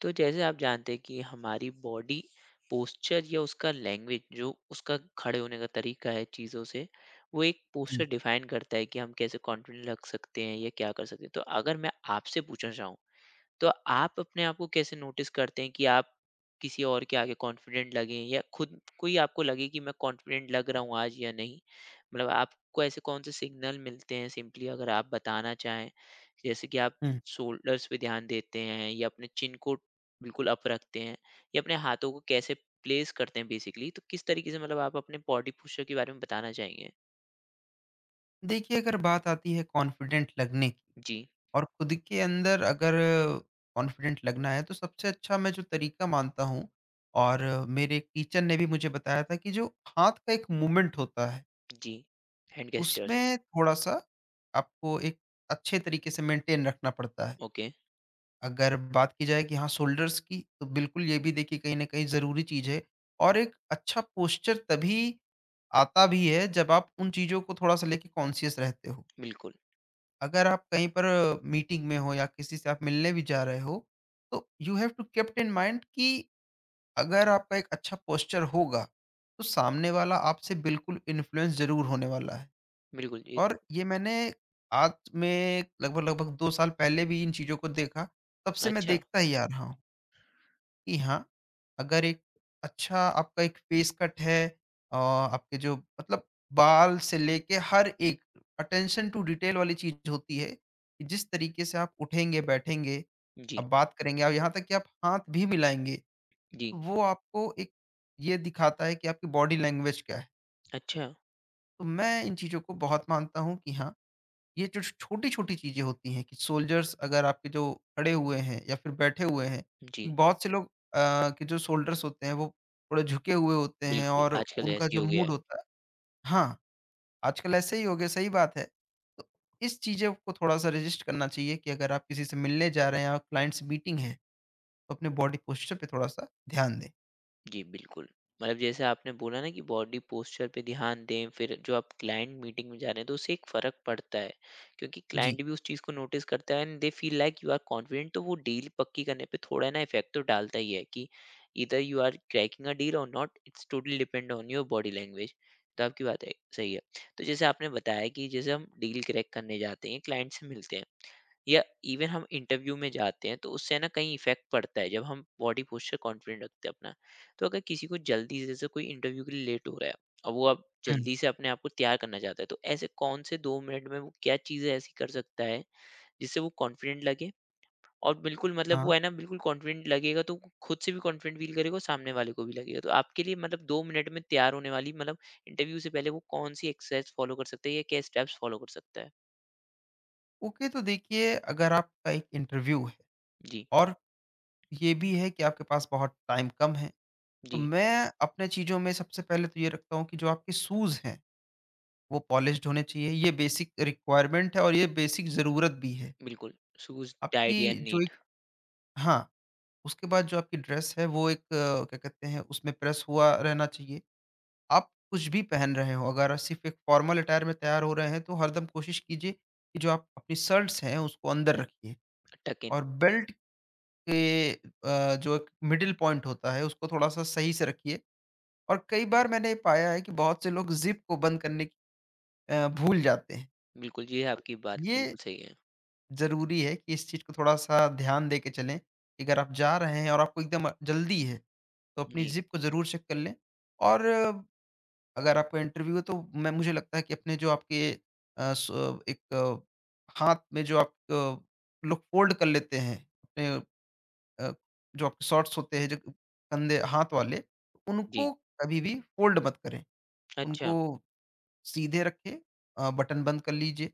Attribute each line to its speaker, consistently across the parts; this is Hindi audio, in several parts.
Speaker 1: तो जैसे आप जानते हैं कि हमारी बॉडी पोस्चर या उसका लैंग्वेज जो उसका खड़े होने का तरीका है चीज़ों से वो एक पोस्चर
Speaker 2: जी।
Speaker 1: डिफाइन करता है कि हम कैसे कॉन्फिडेंट लग सकते हैं या क्या कर सकते हैं। तो अगर मैं आपसे पूछना चाहूँ तो आप अपने आप को कैसे नोटिस करते हैं कि आप किसी और के आगे कॉन्फिडेंट लगें या खुद को ही आपको लगे कि मैं कॉन्फिडेंट लग रहा हूँ आज या नहीं। मतलब आपको ऐसे कौन से सिग्नल मिलते हैं सिंपली अगर आप बताना चाहें, जैसे कि आप
Speaker 2: हुँ।
Speaker 1: शोल्डर्स पे ध्यान देते हैं या अपने चिन को बिल्कुल अप रखते हैं या अपने हाथों को कैसे प्लेस करते हैं बेसिकली। तो किस तरीके से मतलब आप अपने बॉडी पोस्चर के बारे में बताना चाहेंगे?
Speaker 2: देखिए, अगर बात आती है कॉन्फिडेंट लगने की
Speaker 1: जी।
Speaker 2: और खुद के अंदर अगर कॉन्फिडेंट लगना है, तो सबसे अच्छा मैं जो तरीका मानता हूँ, और मेरे एक टीचर ने भी मुझे बताया था कि जो हाथ का एक मूवमेंट होता है,
Speaker 1: जी। Hand gestures.
Speaker 2: उसमें थोड़ा-सा आपको एक अच्छे तरीके से मेंटेन रखना पड़ता है।
Speaker 1: ओके।
Speaker 2: अगर बात की जाए कि हाँ, शोल्डर्स की, तो बिल्कुल ये भी देखिए कहीं न कहीं ज़रूरी चीज़ है, और एक अच्छा पोस्चर तभी आता भी है, जब आप उन चीज़ों को थोड़ा-सा लेके कॉन्शियस रहते हो।
Speaker 1: बिल्कुल।
Speaker 2: अगर आप कहीं पर मीटिंग में हो या किसी से आप मिलने भी जा रहे हो, तो you have to keep it in mind कि अगर आपका एक अच्छा पोस्चर होगा, तो सामने वाला आपसे बिल्कुल इन्फ्लुएंस ज़रूर होने वाला है।
Speaker 1: बिल्कुल, ये तो।
Speaker 2: और ये मैंने आज में लगभग-लगभग 2 साल पहले भी इन चीज़ों को देखा, तब से मैं
Speaker 1: अच्छा।
Speaker 2: देखता ही आ रहा हूँ। कि हाँ, अगर एक अच्छा आपका एक फेस कट है, आपके जो मतलब बाल से लेके हर एक अटेंशन टू डिटेल वाली चीज़ होती है, कि जिस तरीके से आप उठेंगे, बैठेंगे,
Speaker 1: जी।
Speaker 2: आप बात करेंगे और यहाँ तक कि आप हाथ भी मिलाएँगे, तो
Speaker 1: जी।
Speaker 2: वो आपको एक ये दिखाता है कि आपकी बॉडी लैंग्वेज क्या है।
Speaker 1: अच्छा,
Speaker 2: तो मैं इन चीज़ों को बहुत मानता हूँ कि हाँ, ये जो छोटी छोटी चीजें होती हैं कि सोल्जर्स अगर आपके जो खड़े हुए हैं या फिर बैठे हुए हैं कि
Speaker 1: जी,
Speaker 2: बहुत से लोग के जो सोल्जर्स होते हैं वो थोड़े झुके हुए होते हैं
Speaker 1: बिल्कुल,
Speaker 2: और
Speaker 1: आजकल ऐसे
Speaker 2: उनका
Speaker 1: ही
Speaker 2: जो
Speaker 1: हो गया
Speaker 2: मूड
Speaker 1: है।
Speaker 2: होता है। हाँ, आजकल ऐसे ही हो गया, सही बात है। तो इस चीज़ों को थोड़ा सा रजिस्ट करना चाहिए कि अगर आप किसी से मिलने जा रहे हैं और क्लाइंट से मीटिंग है तो अपने बॉडी पोस्चर पे थोड़ा सा ध्यान दें।
Speaker 1: जी, बिल्कुल। मतलब जैसे आपने बोला ना कि बॉडी पोस्चर पे ध्यान दें, फिर जो आप क्लाइंट मीटिंग में जा रहे हैं, तो उससे एक फ़र्क पड़ता है, क्योंकि
Speaker 2: जी।
Speaker 1: क्लाइंट भी उस चीज़ को नोटिस करता है and they feel like you are confident, तो वो डील पक्की करने पे थोड़ा ना इफ़ेक्ट तो डालता ही है कि either you are cracking a deal और not, it's totally depend on your body language. तो आपकी बात है सही है। तो जैसे आपने बताया कि जैसे हम डील क्रैक करने जाते हैं, क्लाइंट से मिलते हैं, या इवन हम इंटरव्यू में जाते हैं तो उससे ना कहीं इफेक्ट पड़ता है जब हम बॉडी पोस्चर कॉन्फिडेंट रखते हैं अपना। तो अगर किसी को जल्दी से जैसे कोई इंटरव्यू के लिए लेट हो रहा है और वो अब
Speaker 2: हम्म।
Speaker 1: जल्दी से अपने आप को तैयार करना चाहता है तो ऐसे कौन से दो मिनट में वो क्या चीज़ें ऐसी कर सकता है जिससे वो कॉन्फिडेंट लगे। और बिल्कुल मतलब वो
Speaker 2: हाँ।
Speaker 1: है ना, बिल्कुल कॉन्फिडेंट लगेगा तो वो खुद से भी कॉन्फिडेंट फील करेगा और सामने वाले को भी लगेगा। तो आपके लिए मतलब दो मिनट में तैयार होने वाली मतलब इंटरव्यू से पहले वो कौन सी एक्सरसाइज फॉलो कर सकता है या क्या स्टेप्स फॉलो कर सकता है?
Speaker 2: ओके, तो देखिए अगर आपका एक इंटरव्यू है
Speaker 1: जी।
Speaker 2: और ये भी है कि आपके पास बहुत टाइम कम है, तो
Speaker 1: जी।
Speaker 2: मैं अपने चीज़ों में सबसे पहले तो ये रखता हूँ कि जो आपके शूज़ हैं, वो पॉलिश्ड होने चाहिए। ये बेसिक रिक्वायरमेंट है और ये बेसिक ज़रूरत भी है।
Speaker 1: बिल्कुल, शूज़ टाइडी
Speaker 2: आपकी
Speaker 1: एंड
Speaker 2: जो
Speaker 1: नीट।
Speaker 2: एक हाँ, उसके बाद जो आपकी ड्रेस है वो एक क्या कहते हैं उसमें प्रेस हुआ रहना चाहिए। आप कुछ भी पहन रहे हो, अगर सिर्फ़ एक फॉर्मल अटायर में तैयार हो रहे हैं तो हरदम कोशिश कीजिए कि जो आप अपनी शर्ट्स हैं उसको अंदर रखिए
Speaker 1: टक इन।
Speaker 2: और बेल्ट के जो एक मिडल पॉइंट होता है उसको थोड़ा-सा सही से रखिए। और कई बार मैंने पाया है कि बहुत से लोग ज़िप को बंद करने की भूल जाते हैं।
Speaker 1: बिल्कुल, ये आपकी बात
Speaker 2: ये
Speaker 1: बिल्कुल सही है।
Speaker 2: ज़रूरी है कि इस चीज़ को थोड़ा-सा ध्यान दे के चलें, कि अगर आप जा रहे हैं और आपको एकदम जल्दी है, तो अपनी
Speaker 1: जी।
Speaker 2: ज़िप को ज़रूर चेक कर लें। और अगर आपका इंटरव्यू है तो मैं मुझे लगता है कि अपने जो आपके अ, स एक अ, हाथ में जो आप लोग फ़ोल्ड कर लेते हैं, अपने अ, जो आपके शॉर्ट्स होते हैं, जो कंधे हाथ वाले,
Speaker 1: जी।
Speaker 2: उनको कभी भी फ़ोल्ड मत करें। उनको
Speaker 1: अच्छा।
Speaker 2: सीधे रखिए, बटन बंद कर लीजिए,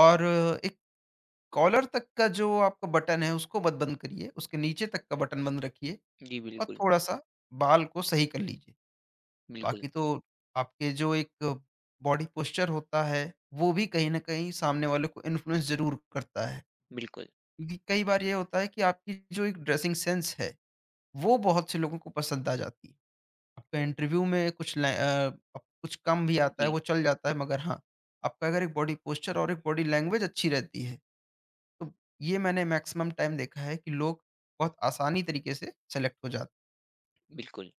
Speaker 2: और एक कॉलर तक का जो आपका बटन है उसको मत बंद करिए, उसके नीचे तक का बटन बंद रखिए।
Speaker 1: जी।
Speaker 2: और
Speaker 1: बिल्कुल।
Speaker 2: थोड़ा-सा बाल को सही कर लीजिए।
Speaker 1: बिल्कुल।
Speaker 2: बाकी तो आपके जो एक बॉडी पोस्चर होता है, वो भी कहीं न कहीं सामने वाले को इन्फ्लुएंस ज़रूर करता है।
Speaker 1: बिल्कुल।
Speaker 2: क्योंकि कई बार ये होता है कि आपकी जो एक ड्रेसिंग सेंस है, वो बहुत से लोगों को पसंद आ जाती है। आपका इंटरव्यू में कुछ कुछ कम भी आता है
Speaker 1: जी,
Speaker 2: वो चल जाता है, मगर हाँ, आपका अगर एक बॉडी पोस्चर और एक बॉडी लैंग्वेज अच्छी रहती है तो ये मैंने मैक्सिमम टाइम देखा है कि लोग बहुत आसानी तरीके से सेलेक्ट हो जाते।
Speaker 1: बिल्कुल।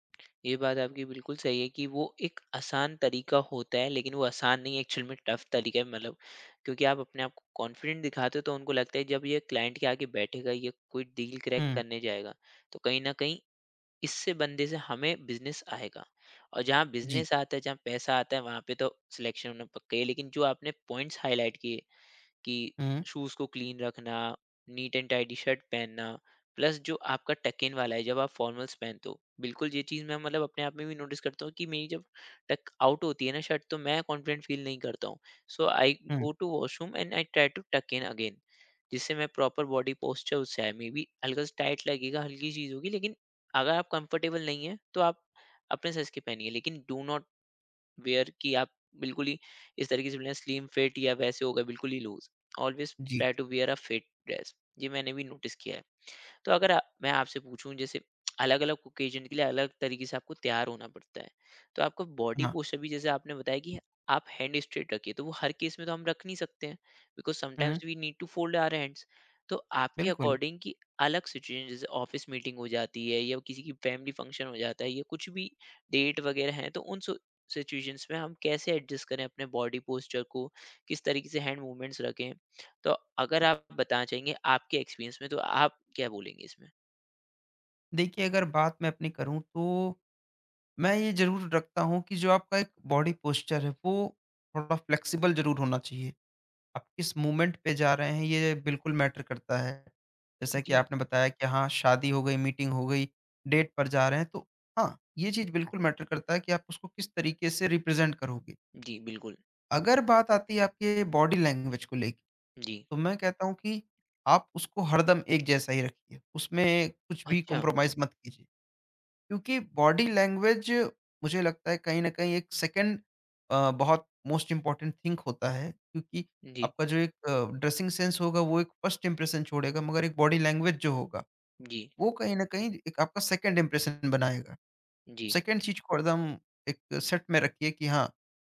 Speaker 1: ये बात आपकी बिल्कुल सही है कि वो एक आसान तरीका होता है, लेकिन वो आसान नहीं है, एक्चुअल में टफ़ तरीका है मतलब। क्योंकि आप अपने आप को कॉन्फिडेंट दिखाते हो, तो उनको लगता है, जब ये क्लाइंट के आगे बैठेगा, ये कोई डील क्रैक
Speaker 2: हैं।
Speaker 1: करने जाएगा, तो कहीं न कहीं इससे बंदे से हमें बिजनेस आएगा। और जहाँ
Speaker 2: जी।
Speaker 1: बिजनेस आता है जहाँ पैसा आता है वहाँ पे तो सिलेक्शन होना पक्का ही है, लेकिन जो आपने पॉइंट्स हाईलाइट किए कि
Speaker 2: हम्म।
Speaker 1: शूज़ को क्लीन रखना, नीट एंड टाइडी शर्ट पहनना, प्लस जो आपका टक इन वाला है जब आप फॉर्मल्स पहनते हो। बिल्कुल, ये चीज़ मैं मतलब अपने आप में भी नोटिस करता हूँ कि मेरी जब टक आउट होती है ना शर्ट तो मैं कॉन्फिडेंट फ़ील नहीं करता हूँ। सो आई
Speaker 2: हम्म।
Speaker 1: Go to washroom and I try to tuck in again. जिससे मैं प्रॉपर बॉडी पोस्चर उससे आए। मे बी हल्का सा टाइट लगेगा, हल्की चीज़ होगी, लेकिन अगर आप कंफर्टेबल नहीं हैं तो आप अपने साइज़ की पहनिए। लेकिन डू नॉट वेयर कि आप बिल्कुल ही इस तरीके से बोले स्लिम फिट या वैसे हो गए बिल्कुल ही लूज। ऑलवेज
Speaker 2: जी।
Speaker 1: Try to wear a fit dress, ये मैंने भी नोटिस किया है। तो अगर मैं आपसे पूछूं जैसे अलग अलग ओकेजन के लिए अलग तरीके से आपको तैयार होना पड़ता है, तो आपका बॉडी
Speaker 2: हाँ।
Speaker 1: पोस्चर भी, जैसे आपने बताया कि आप हैंड स्ट्रेट रखिए, तो वो हर केस में तो हम रख नहीं सकते हैं, बिकॉज
Speaker 2: हम्म।
Speaker 1: Sometimes we need to fold our hands. तो आपके
Speaker 2: बिल्कुल।
Speaker 1: अकॉर्डिंग कि अलग सिचुएशन जैसे ऑफिस मीटिंग हो जाती है या किसी की फैमिली फंक्शन हो जाता है या कुछ भी डेट वगैरह है तो उन सिचुएशंस में हम कैसे एडजस्ट करें अपने बॉडी पोस्चर को, किस तरीके से हैंड मूवमेंट्स रखें। तो अगर आप बताना चाहेंगे आपके एक्सपीरियंस में तो आप क्या बोलेंगे इसमें?
Speaker 2: देखिए अगर बात मैं अपनी करूं तो मैं ये जरूर रखता हूं कि जो आपका एक बॉडी पोस्चर है वो थोड़ा फ्लेक्सिबल जरूर होना चाहिए। आप किस मूवमेंट पे जा रहे हैं ये बिल्कुल मैटर करता है। जैसा कि
Speaker 1: जी।
Speaker 2: आपने बताया कि हाँ, शादी हो गई, मीटिंग हो गई, डेट पर जा रहे हैं तो हाँ, ये चीज़ बिल्कुल मैटर करता है कि आप उसको किस तरीके से रिप्रेज़ेंट करोगे।
Speaker 1: जी, बिल्कुल।
Speaker 2: अगर बात आती है आपके बॉडी लैंग्वेज को लेके,
Speaker 1: जी।
Speaker 2: तो मैं कहता हूँ कि आप उसको हरदम एक जैसा ही रखिए। उसमें कुछ भी
Speaker 1: अच्छा।
Speaker 2: कॉम्प्रोमाइज़ मत कीजिए। क्योंकि बॉडी लैंग्वेज मुझे लगता है कहीं न कहीं एक सेकंड बहुत मोस्ट इम्पोर्टेंट थिंग होता है, क्योंकि
Speaker 1: जी।
Speaker 2: आपका जो एक ड्रेसिंग सेंस होगा वो एक फर्स्ट इम्प्रेशन छोड़ेगा, मगर एक बॉडी लैंग्वेज जो होगा,
Speaker 1: जी।
Speaker 2: वो कहीं न कहीं एक आपका सेकंड इम्प्रेशन बनाएगा।
Speaker 1: जी।
Speaker 2: सेकंड चीज़ को हरदम एक सेट में रखिए कि हाँ,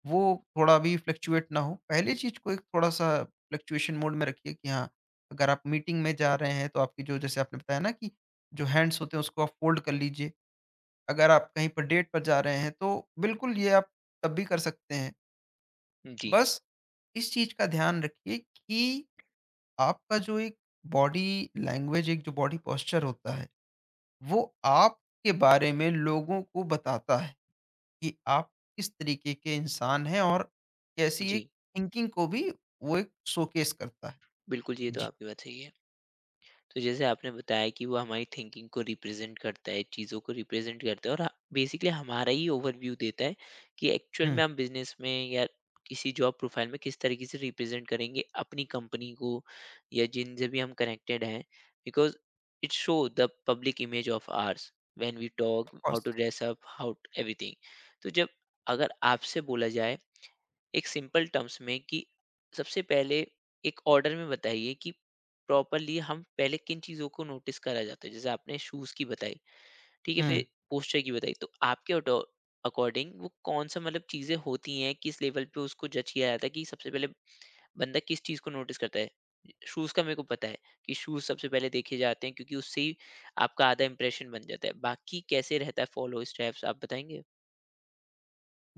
Speaker 2: वो थोड़ा भी फ्लक्चुएट ना हो। पहली चीज़ को एक थोड़ा-सा फ्लक्चुएशन मोड में रखिए कि हाँ, अगर आप मीटिंग में जा रहे हैं तो आपकी जो जैसे आपने बताया ना कि जो हैंड्स होते हैं उसको आप फ़ोल्ड कर लीजिए। अगर आप कहीं पर डेट पर जा रहे हैं तो बिल्कुल ये आप तब भी कर सकते हैं।
Speaker 1: जी।
Speaker 2: बस इस चीज़ का ध्यान रखिए कि आपका जो एक बॉडी लैंग्वेज एक जो बॉडी पोस्चर होता है, वो आपके बारे में लोगों को बताता है कि आप किस तरीके के इंसान हैं और कैसी एक
Speaker 1: जी।
Speaker 2: थिंकिंग को भी वो एक शोकेस करता है।
Speaker 1: बिल्कुल, ये तो
Speaker 2: जी।
Speaker 1: आपकी बात सही है। तो जैसे आपने बताया कि वो हमारी थिंकिंग को रिप्रेजेंट करता है, चीज़ों को रिप्रेजेंट करता है और बेसिकली हमारा ही ओवरव्यू देता है कि एक्चुअल
Speaker 2: हुँ।
Speaker 1: में हम बिजनेस में या किसी जॉब प्रोफाइल में किस तरीके से रिप्रेजेंट करेंगे अपनी कंपनी को या जिनसे भी हम कनेक्टेड हैं, because it show the public image of ours when we
Speaker 2: of
Speaker 1: talk how
Speaker 2: course.
Speaker 1: To dress up how everything. तो जब अगर आपसे बोला जाए एक सिंपल टर्म्स में कि सबसे पहले एक ऑर्डर में बताइए कि प्रॉपरली हम पहले किन चीज़ों को नोटिस करा जाता है। जैसे आपने शूज़ की बताई, ठीक है,
Speaker 2: हुँ।
Speaker 1: फिर पोस्चर की बताई। तो आपके अडो अकॉर्डिंग वो कौन-सा मतलब चीज़ें होती हैं, किस लेवल पे उसको जज किया जाता है कि सबसे पहले बंदा किस चीज़ को नोटिस करता है? शूज़ का मेरे को पता है कि शूज़ सबसे पहले देखे जाते हैं क्योंकि उससे ही आपका आधा इम्प्रेशन बन जाता है। बाकी कैसे रहता है फॉलो स्टेप्स आप बताएँगे?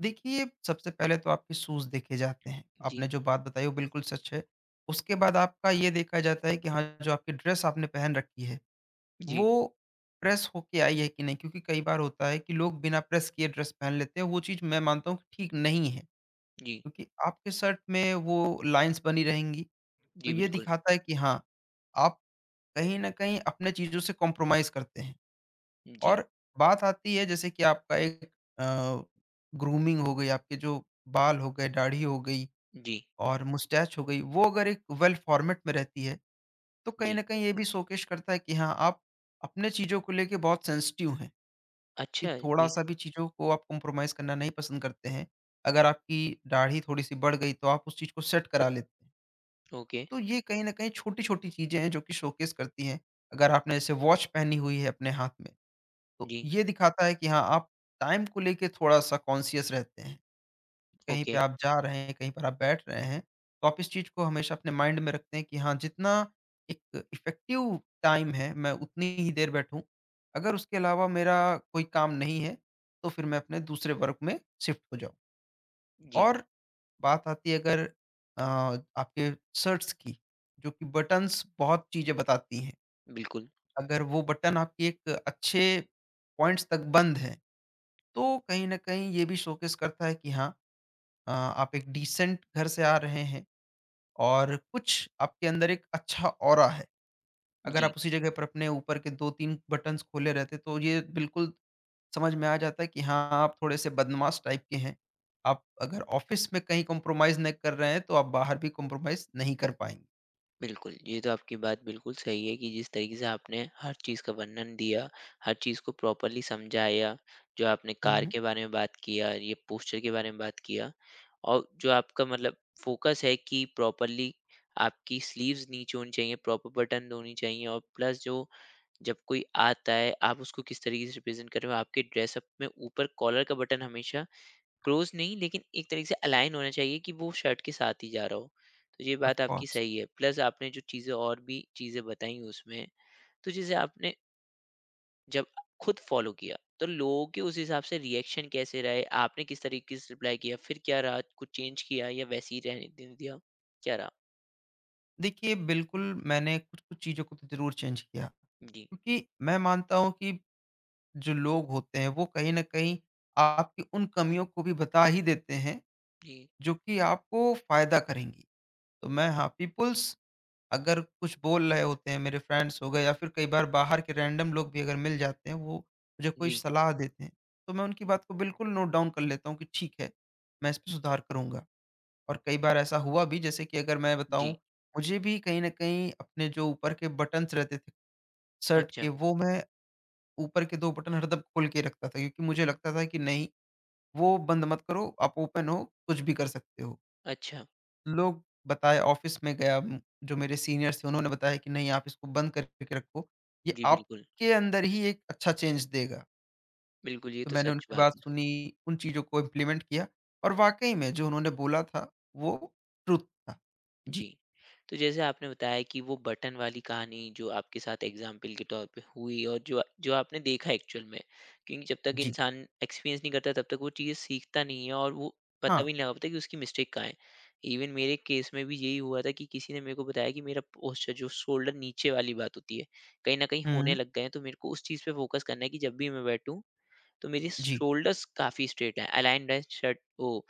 Speaker 2: देखिए, सबसे पहले तो आपके शूज़ देखे जाते हैं।
Speaker 1: जी।
Speaker 2: आपने जो बात बताई वो बिल्कुल सच है। उसके बाद आपका ये देखा जाता है कि हाँ, जो आपकी ड्रेस आपने पहन रखी है,
Speaker 1: जी।
Speaker 2: वो प्रेस होके आई है कि नहीं? क्योंकि कई बार होता है कि लोग बिना प्रेस किए ड्रेस पहन लेते हैं, वो चीज़ मैं मानता हूँ कि ठीक नहीं है।
Speaker 1: जी।
Speaker 2: क्योंकि आपके शर्ट में वो लाइन्स बनी रहेंगी, तो
Speaker 1: जी,
Speaker 2: ये
Speaker 1: बिल्कुल।
Speaker 2: दिखाता है कि हाँ, आप कहीं न कहीं अपने चीज़ों से कॉम्प्रोमाइज़ करते हैं।
Speaker 1: जी।
Speaker 2: और बात आती है जैसे कि आपका एक अ, ग्रूमिंग हो गई, आपके जो बाल हो गए, दाढ़ी हो गई
Speaker 1: जी।
Speaker 2: और मुस्टैच हो गई, वो अगर एक वेल फॉर्मेट में रहती है, तो कहीं
Speaker 1: जी।
Speaker 2: न कहीं ये भी शोकेस करता है कि हाँ, आप अपने चीज़ों को लेके बहुत सेंसिटिव हैं, कि
Speaker 1: अच्छा जी।
Speaker 2: थोड़ा-सा भी चीज़ों को आप कॉम्प्रोमाइज़ करना नहीं पसंद करते हैं। अगर आपकी दाढ़ी थोड़ी-सी बढ़ गई, तो आप उस चीज़ को सेट करा लेते हैं।
Speaker 1: ओके।
Speaker 2: तो ये कहीं न कहीं छोटी-छोटी चीज़ें हैं, जो कि शोकेस करती हैं। अगर आपने जैसे वॉच पहनी हुई है अपने हाथ में, तो
Speaker 1: जी।
Speaker 2: ये दिखाता है कि हाँ, आप टाइम को लेके थोड़ा-सा कॉन्शियस रहते हैं। कहीं
Speaker 1: ओके।
Speaker 2: पे आप जा रहे हैं, कहीं पर आप बैठ रहे हैं, तो आप इस चीज़ को हमेशा अपने माइंड में रखते हैं कि हाँ, जितना एक इफ़ेक्टिव टाइम है, मैं उतनी ही देर बैठूँ। अगर उसके अलावा मेरा कोई काम नहीं है, तो फिर मैं अपने दूसरे वर्क में शिफ्ट हो जाऊँ।
Speaker 1: जी,
Speaker 2: और बात आती है अगर आपके शर्ट्स की, जो कि बटन्स बहुत चीज़ें बताती हैं।
Speaker 1: बिल्कुल।
Speaker 2: अगर वो बटन आपके एक अच्छे पॉइंट्स तक बंद हैं तो कहीं न कहीं ये भी शोकेस करता है कि हाँ, आप एक डिसेंट घर से आ रहे हैं और कुछ आपके अंदर एक अच्छा ऑरा है। अगर आप
Speaker 1: जी,
Speaker 2: उसी जगह पर अपने ऊपर के 2-3 बटन्स खोले रहते तो ये बिल्कुल समझ में आ जाता है कि हाँ, आप थोड़े-से बदमाश टाइप के हैं। आप अगर ऑफ़िस में कहीं कॉम्प्रोमाइज़ नहीं कर रहे हैं तो आप बाहर भी कॉम्प्रोमाइज़ नहीं कर पाएँगे।
Speaker 1: बिल्कुल। ये तो आपकी बात बिल्कुल सही है कि जिस तरीके से आपने हर चीज़ का वर्णन दिया, हर चीज़ को प्रॉपर्ली समझाया, जो आपने
Speaker 2: हुँ।
Speaker 1: कार
Speaker 2: हुँ।
Speaker 1: के बारे में बात किया, ये पोस्चर के बारे में बात किया, और जो आपका मतलब फ़ोकस है कि प्रॉपर्ली आपकी स्लीव्स नीचे होनी चाहिए, प्रॉपर बटन होनी चाहिए, और प्लस जो जब कोई आता है, आप उसको किस तरीके से रिप्रेज़ेंट कर रहे हो, आपके ड्रेसअप में ऊपर कॉलर का बटन हमेशा क्लोज नहीं लेकिन एक तरीके से अलाइन होना चाहिए कि वो शर्ट के साथ ही जा रहा हो। तो ये
Speaker 2: ऑफ़
Speaker 1: बात आपकी
Speaker 2: कोर्स।
Speaker 1: सही है, प्लस आपने जो चीज़ें और भी चीज़ें बताई उसमें। तो जैसे आपने जब खुद फॉलो किया तो लोगों के उस हिसाब से रिएक्शन कैसे रहे, आपने किस तरीके से रिप्लाई किया, फिर क्या रहा, कुछ चेंज किया या वैसे ही रहने दे दिया, क्या रहा?
Speaker 2: देखिए, बिल्कुल मैंने कुछ-कुछ चीज़ों को तो ज़रूर चेंज किया।
Speaker 1: जी।
Speaker 2: क्योंकि मैं मानता हूँ कि जो लोग होते हैं वो कहीं न कहीं आपकी उन कमियों को भी बता ही देते हैं,
Speaker 1: जी।
Speaker 2: जो कि आपको फ़ायदा करेंगी। तो मैं हाँ, पीपल्स अगर कुछ बोल रहे होते हैं, मेरे फ्रेंड्स हो गए या फिर कई बार बाहर के रैंडम लोग भी अगर मिल जाते हैं वो मुझे कोई
Speaker 1: जी।
Speaker 2: सलाह देते हैं, तो मैं उनकी बात को बिल्कुल नोट डाउन कर लेता हूँ कि ठीक है, मैं इस पे सुधार करूँगा। और कई बार ऐसा हुआ भी, जैसे कि अगर मैं बताऊँ,
Speaker 1: जी।
Speaker 2: मुझे भी कहीं न कहीं अपने जो ऊपर के बटन्स रहते थे शर्ट
Speaker 1: अच्छा।
Speaker 2: के, वो मैं ऊपर के 2 बटन हरदम खोल के रखता था, क्योंकि मुझे लगता था कि नहीं, वो बंद मत करो, आप ओपन हो, कुछ भी कर सकते हो।
Speaker 1: अच्छा।
Speaker 2: लोग बताए ऑफ़िस में गया, जो मेरे सीनियर्स थे उन्होंने बताया कि नहीं आप इसको बंद करके रखो, ये
Speaker 1: जी, बिल्कुल।
Speaker 2: आपके अंदर ही एक अच्छा चेंज देगा।
Speaker 1: बिल्कुल, ये
Speaker 2: तो
Speaker 1: तो
Speaker 2: मैंने
Speaker 1: सच
Speaker 2: उनकी बात
Speaker 1: बात है।
Speaker 2: सुनी, उन चीज़ों को इम्प्लीमेंट किया और वाक़ई में जो उन्होंने बोला था वो ट्रुथ था। जी।
Speaker 1: जी। तो जैसे आपने बताया कि वो बटन वाली कहानी जो आपके साथ एग्ज़ाम्पल के तौर पे हुई और जो जो आपने देखा एक्चुअल में, क्योंकि जब तक
Speaker 2: जी।
Speaker 1: इंसान एक्सपीरियंस नहीं करता तब तक वो चीज़ सीखता नहीं है और वो पता
Speaker 2: हाँ।
Speaker 1: भी नहीं लगा पाता कि उसकी मिस्टेक कहाँ है। इवन मेरे केस में भी यही हुआ था कि किसी ने मेरे को बताया कि मेरा पोस्चर जो शोल्डर नीचे वाली बात होती है, कहीं न कहीं होने
Speaker 2: हुँ।
Speaker 1: लग गए हैं, तो मेरे को उस चीज़ पे फ़ोकस करना है कि जब भी मैं बैठूँ तो मेरी
Speaker 2: जी।
Speaker 1: शोल्डर्स काफ़ी स्ट्रेट हैं, अलाइन्ड है शर्ट वो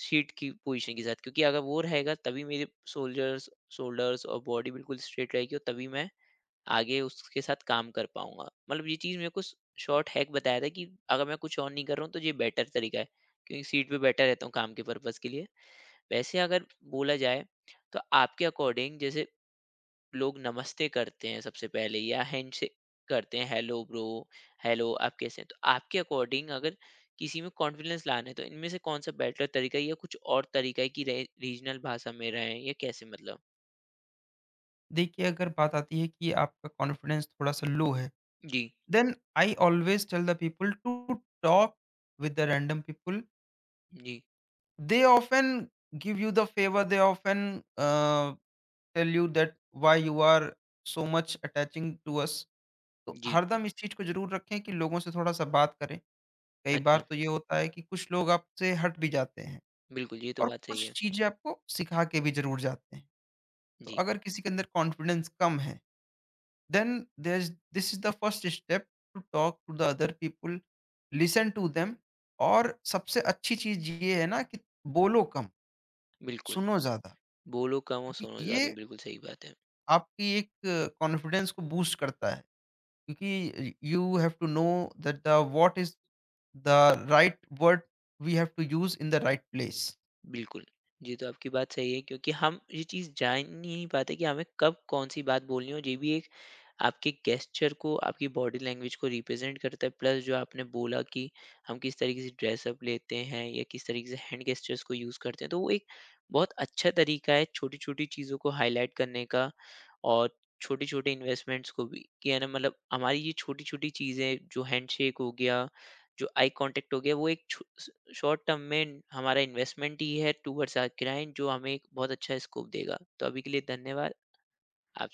Speaker 1: शीट की पोजीशन के साथ, क्योंकि अगर वो रहेगा तभी मेरे शोल्जर्स शोल्डर्स और बॉडी बिल्कुल स्ट्रेट रहेगी और तभी मैं आगे उसके साथ काम कर पाऊँगा। मतलब ये चीज़ मेरे को स शॉर्ट हैक बताया था कि अगर मैं कुछ और नहीं कर रहा हूँ, तो ये बेटर तरीका है, क्योंकि सीट पे बैठा रहता हूँ काम के पर्पज़ के लिए। वैसे अगर बोला जाए, तो आपके अकॉर्डिंग जैसे लोग नमस्ते करते हैं सबसे पहले या हैंडशेक करते हैं, हेलो ब्रो, हेलो आप कैसे हैं, तो आपके अकॉर्डिंग अगर किसी में कॉन्फिडेंस लाना है तो इनमें से कौन सा बेटर तरीका है या कुछ और तरीका है कि रीजनल भाषा में रहें या कैसे मतलब?
Speaker 2: देखिए अगर बात आती है कि आपका कॉन्फिडेंस थोड़ा-सा लो है।
Speaker 1: जी।
Speaker 2: Then I always tell the people to talk with the random people.
Speaker 1: Ji.
Speaker 2: They often give you the favor. They often tell you that why you are so much attaching to us. तो
Speaker 1: जी।
Speaker 2: हरदम इस चीज को जरूर रखें कि लोगों से थोड़ा सा बात करें। कई बार
Speaker 1: अच्छा।
Speaker 2: तो ये होता है कि कुछ लोग आपसे हट भी जाते हैं,
Speaker 1: बिल्कुल, ये तो
Speaker 2: और
Speaker 1: बात सही
Speaker 2: कुछ
Speaker 1: है।
Speaker 2: चीजें आपको सिखा के भी जरूर जाते हैं। तो
Speaker 1: जी।
Speaker 2: अगर किसी के अंदर कॉन्फिडेंस कम है, then there's this is the first step to talk to the other people, listen to them. और सबसे अच्छी चीज ये है ना कि बोलो कम,
Speaker 1: बिल्कुल।
Speaker 2: सुनो ज्यादा।
Speaker 1: बोलो कम और
Speaker 2: क्योंकि
Speaker 1: सुनो
Speaker 2: ये
Speaker 1: ज्यादा, बिल्कुल सही बात है।
Speaker 2: आपकी एक कॉन्फिडेंस को बूस्ट करता है, क्योंकि you have to know that the what is the right word we have to use in the right place.
Speaker 1: बिल्कुल। ये तो आपकी बात सही है क्योंकि हम ये चीज़ जान ही नहीं पाते कि हमें कब कौन-सी बात बोलनी हो। ये भी एक आपके गेस्चर को, आपकी बॉडी लैंग्वेज को रिप्रेज़ेंट करता है, प्लस जो आपने बोला कि हम किस तरीके से ड्रेस अप लेते हैं या किस तरीके से हैंड गेस्चर्स को यूज़ करते हैं। तो वो एक बहुत अच्छा तरीका है छोटी-छोटी चीज़ों को हाइलाइट करने का, और छोटे-छोटे इन्वेस्टमेंट्स को भी कि है ना, मतलब हमारी ये छोटी-छोटी चीज़ें जो हैंडशेक हो गया, जो आई कॉन्टैक्ट हो गया, वो एक छो स शॉर्ट टर्म में हमारा इन्वेस्टमेंट ही है टुवर्ड्स आवर क्लाइंट जो हमें एक बहुत अच्छा स्कोप देगा। तो अभी के लिए धन्यवाद। आप